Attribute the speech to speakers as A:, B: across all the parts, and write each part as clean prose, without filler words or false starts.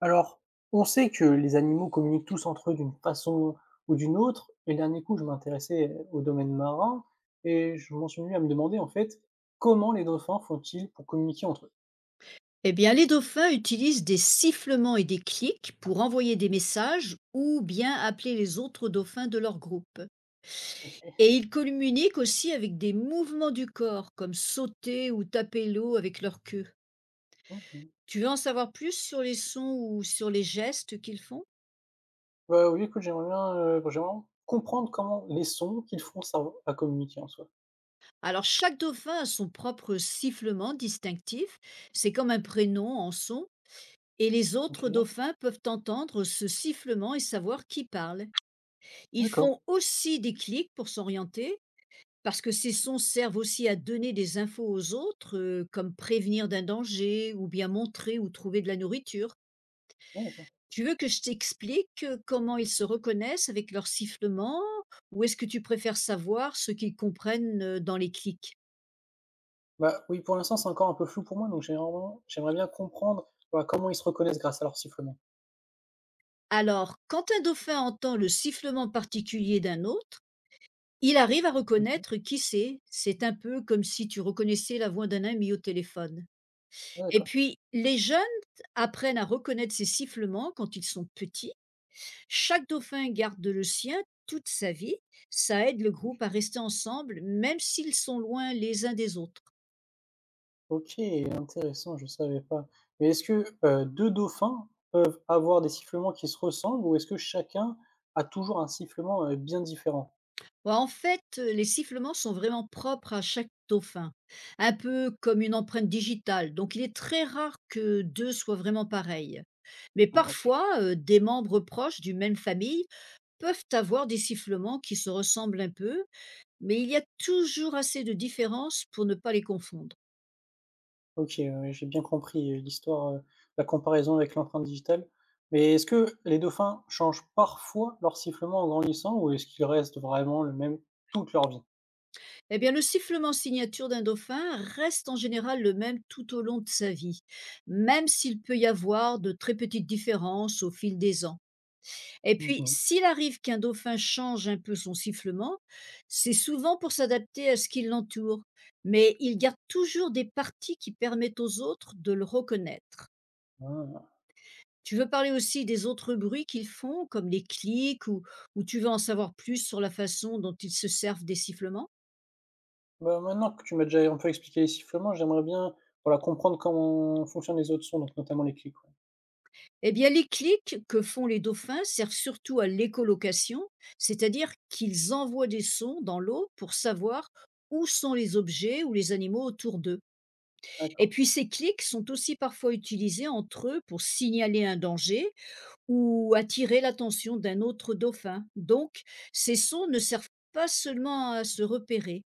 A: Alors, on sait que les animaux communiquent tous entre eux d'une façon ou d'une autre. Et le dernier coup, je m'intéressais au domaine marin et je m'en suis venu à me demander en fait comment les dauphins font-ils pour communiquer entre eux.
B: Eh bien, les dauphins utilisent des sifflements et des clics pour envoyer des messages ou bien appeler les autres dauphins de leur groupe.
A: Ok.
B: Et ils communiquent aussi avec des mouvements du corps, comme sauter ou taper l'eau avec leur queue.
A: Mhm.
B: Tu veux en savoir plus sur les sons ou sur les gestes qu'ils font?
A: Bah oui, écoute, j'aimerais bien comprendre comment les sons qu'ils font servent à communiquer en soi.
B: Alors, chaque dauphin a son propre sifflement distinctif, c'est comme un prénom en son, et les autres
A: Ok.
B: dauphins peuvent entendre ce sifflement et savoir qui parle. Ils
A: D'accord.
B: font aussi des clics pour s'orienter, parce que ces sons servent aussi à donner des infos aux autres, comme prévenir d'un danger ou bien montrer où trouver de la nourriture.
A: Ouais, d'accord.
B: Tu veux que je t'explique, comment ils se reconnaissent avec leurs sifflements? Ou est-ce que tu préfères savoir ce qu'ils comprennent, dans les clics?
A: Bah oui, pour l'instant, c'est encore un peu flou pour moi, donc j'aimerais bien comprendre bah, comment ils se reconnaissent grâce à leur sifflement.
B: Alors, quand un dauphin entend le sifflement particulier d'un autre, il arrive à
A: Mhm.
B: reconnaître qui c'est. C'est un peu comme si tu reconnaissais la voix d'un ami au téléphone.
A: Ouais,
B: Et
A: d'accord.
B: puis, les jeunes apprennent à reconnaître ces sifflements quand ils sont petits. Chaque dauphin garde le sien toute sa vie. Ça aide le
A: Ok.
B: groupe à rester ensemble, même s'ils sont loin les uns des autres.
A: OK, intéressant, je ne savais pas. Mais est-ce que, 2 dauphins peuvent avoir des sifflements qui se ressemblent ou est-ce que chacun a toujours un sifflement, bien différent?
B: Bah, en fait, les sifflements sont vraiment propres à chaque dauphin, un peu comme une empreinte digitale. Donc, il est très rare que deux soient vraiment pareils. Mais
A: Ah OK.
B: parfois, des membres proches d'une même famille peuvent avoir des sifflements qui se ressemblent un peu, mais il y a toujours assez de différences pour ne pas les confondre.
A: OK, ouais, ouais, j'ai bien compris, l'histoire, la comparaison avec l'empreinte digitale. Mais est-ce que les dauphins changent parfois leur sifflement en grandissant ou est-ce qu'ils restent vraiment le même toute leur vie?
B: Eh bien, le sifflement signature d'un dauphin reste en général le même tout au long de sa vie, même s'il peut y avoir de très petites différences au fil des ans. Et puis,
A: Mmh.
B: s'il arrive qu'un dauphin change un peu son sifflement, c'est souvent pour s'adapter à ce qui l'entoure, mais il garde toujours des parties qui permettent aux autres de le reconnaître.
A: Ah.
B: Tu veux parler aussi des autres bruits qu'ils font, comme les clics, ou tu veux en savoir plus sur la façon dont ils se servent des sifflements?
A: Bah, maintenant que tu m'as déjà un peu expliqué les sifflements, j'aimerais bien, voilà, comprendre comment fonctionnent les autres sons, donc notamment les clics, ouais.
B: Eh bien, les clics que font les dauphins servent surtout à l'écholocation, c'est-à-dire qu'ils envoient des sons dans l'eau pour savoir où sont les objets ou les animaux autour d'eux. Et
A: D'accord.
B: puis, ces clics sont aussi parfois utilisés entre eux pour signaler un danger ou attirer l'attention d'un autre dauphin. Donc, ces sons ne servent pas seulement à se repérer,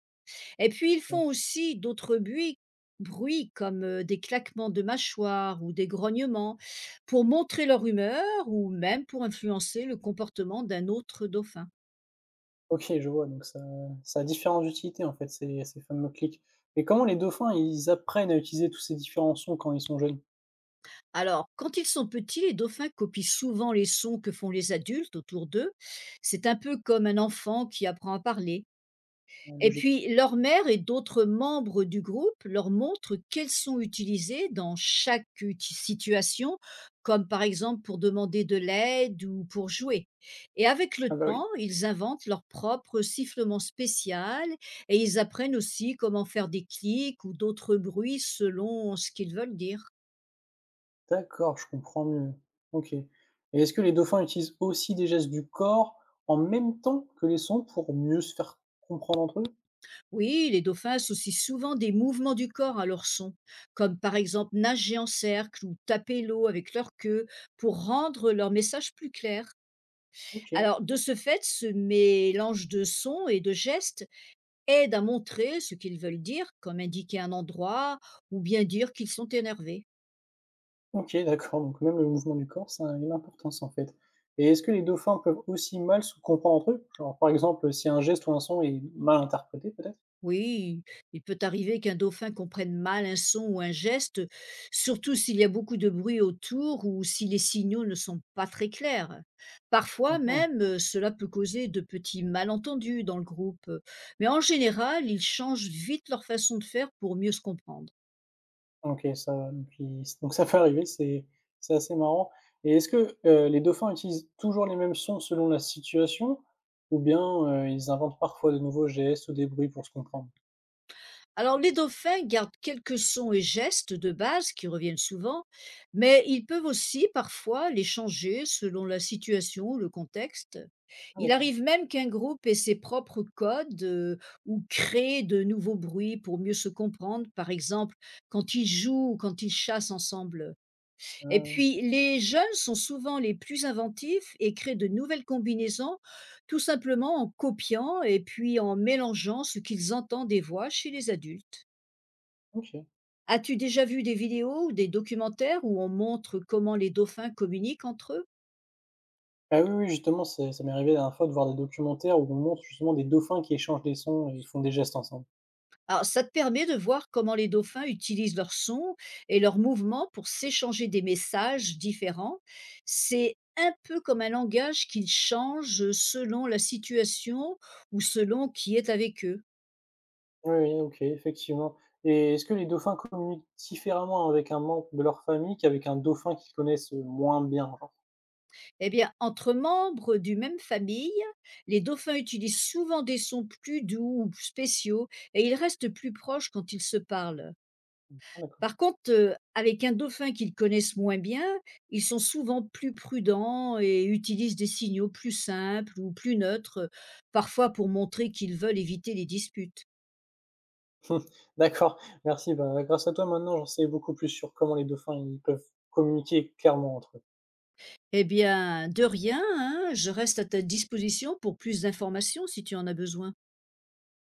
B: et puis ils
A: Mmh.
B: font aussi d'autres bruits, bruits comme des claquements de mâchoires ou des grognements pour montrer leur humeur ou même pour influencer le comportement d'un autre dauphin.
A: OK, je vois, donc ça a différentes utilités, en fait, ces fameux clics. Mais comment les dauphins, ils apprennent à utiliser tous ces différents sons quand ils sont jeunes?
B: Alors, quand ils sont petits, les dauphins copient souvent les sons que font les adultes autour d'eux. C'est un peu comme un enfant qui apprend à parler.
A: En
B: Et
A: logique.
B: puis leur mère et d'autres membres du groupe leur montrent quels sont utilisés dans chaque uti situation, comme par exemple pour demander de l'aide ou pour jouer. Et avec
A: Ah
B: le
A: bah, oui.
B: temps, ils inventent leur propre sifflement spécial et ils apprennent aussi comment faire des clics ou d'autres bruits selon ce qu'ils veulent dire.
A: D'accord, je comprends mieux. OK. Et est-ce que les dauphins utilisent aussi des gestes du corps en même temps que les sons pour mieux se faire comprendre entre eux?
B: Oui, les dauphins associent souvent des mouvements du corps à leur son, comme par exemple nager en cercle ou taper l'eau avec leur queue pour rendre leur message plus clair.
A: OK.
B: Alors, de ce fait, ce mélange de sons et de gestes aide à montrer ce qu'ils veulent dire, comme indiquer un endroit ou bien dire qu'ils sont énervés.
A: OK, d'accord, donc même le mouvement du corps, ça a une importance, en fait. Et est-ce que les dauphins peuvent aussi mal se comprendre entre eux? Genre, par exemple, si un geste ou un son est mal interprété, peut-être?
B: Oui, il peut arriver qu'un dauphin comprenne mal un son ou un geste, surtout s'il y a beaucoup de bruit autour ou si les signaux ne sont pas très clairs. Parfois
A: Mmh.
B: même, cela peut causer de petits malentendus dans le groupe, mais en général, ils changent vite leur façon de faire pour mieux se comprendre.
A: OK, ça puis donc ça peut arriver, c'est assez marrant et est-ce que, les dauphins utilisent toujours les mêmes sons selon la situation ou bien, ils inventent parfois de nouveaux gestes ou des bruits pour se comprendre?
B: Alors, les dauphins gardent quelques sons et gestes de base qui reviennent souvent, mais ils peuvent aussi parfois les changer selon la situation ou le contexte.
A: Ah
B: Il
A: d'accord.
B: arrive même qu'un groupe ait ses propres codes, ou crée de nouveaux bruits pour mieux se comprendre, par exemple quand ils jouent ou quand ils chassent ensemble.
A: Ah
B: Et
A: oui,
B: puis, les jeunes sont souvent les plus inventifs et créent de nouvelles combinaisons tout simplement en copiant et puis en mélangeant ce qu'ils entendent des voix chez les adultes.
A: OK.
B: As-tu déjà vu des vidéos ou des documentaires où on montre comment les dauphins communiquent entre eux?
A: Ah oui, oui, justement, c'est ça m'est arrivé la dernière fois de voir des documentaires où on montre justement des dauphins qui échangent des sons et ils font des gestes ensemble.
B: Alors, ça te permet de voir comment les dauphins utilisent leurs sons et leurs mouvements pour s'échanger des messages différents. C'est un peu comme un langage qu'ils changent selon la situation ou selon qui est avec eux.
A: Oui, oui, OK, effectivement et est-ce que les dauphins communiquent différemment avec un membre de leur famille qu'avec un dauphin qu'ils connaissent, moins bien, genre?
B: Eh bien, entre membres d'une même famille, les dauphins utilisent souvent des sons plus doux ou spéciaux et ils restent plus proches quand ils se parlent.
A: Ah d'accord.
B: Par contre, avec un dauphin qu'ils connaissent moins bien, ils sont souvent plus prudents et utilisent des signaux plus simples ou plus neutres, parfois pour montrer qu'ils veulent éviter les disputes.
A: D'accord, merci. Bah, grâce à toi, maintenant, j'en sais beaucoup plus sur comment les dauphins, ils peuvent communiquer clairement entre eux.
B: Eh bien, de rien, hein, je reste à ta disposition pour plus d'informations si tu en as besoin.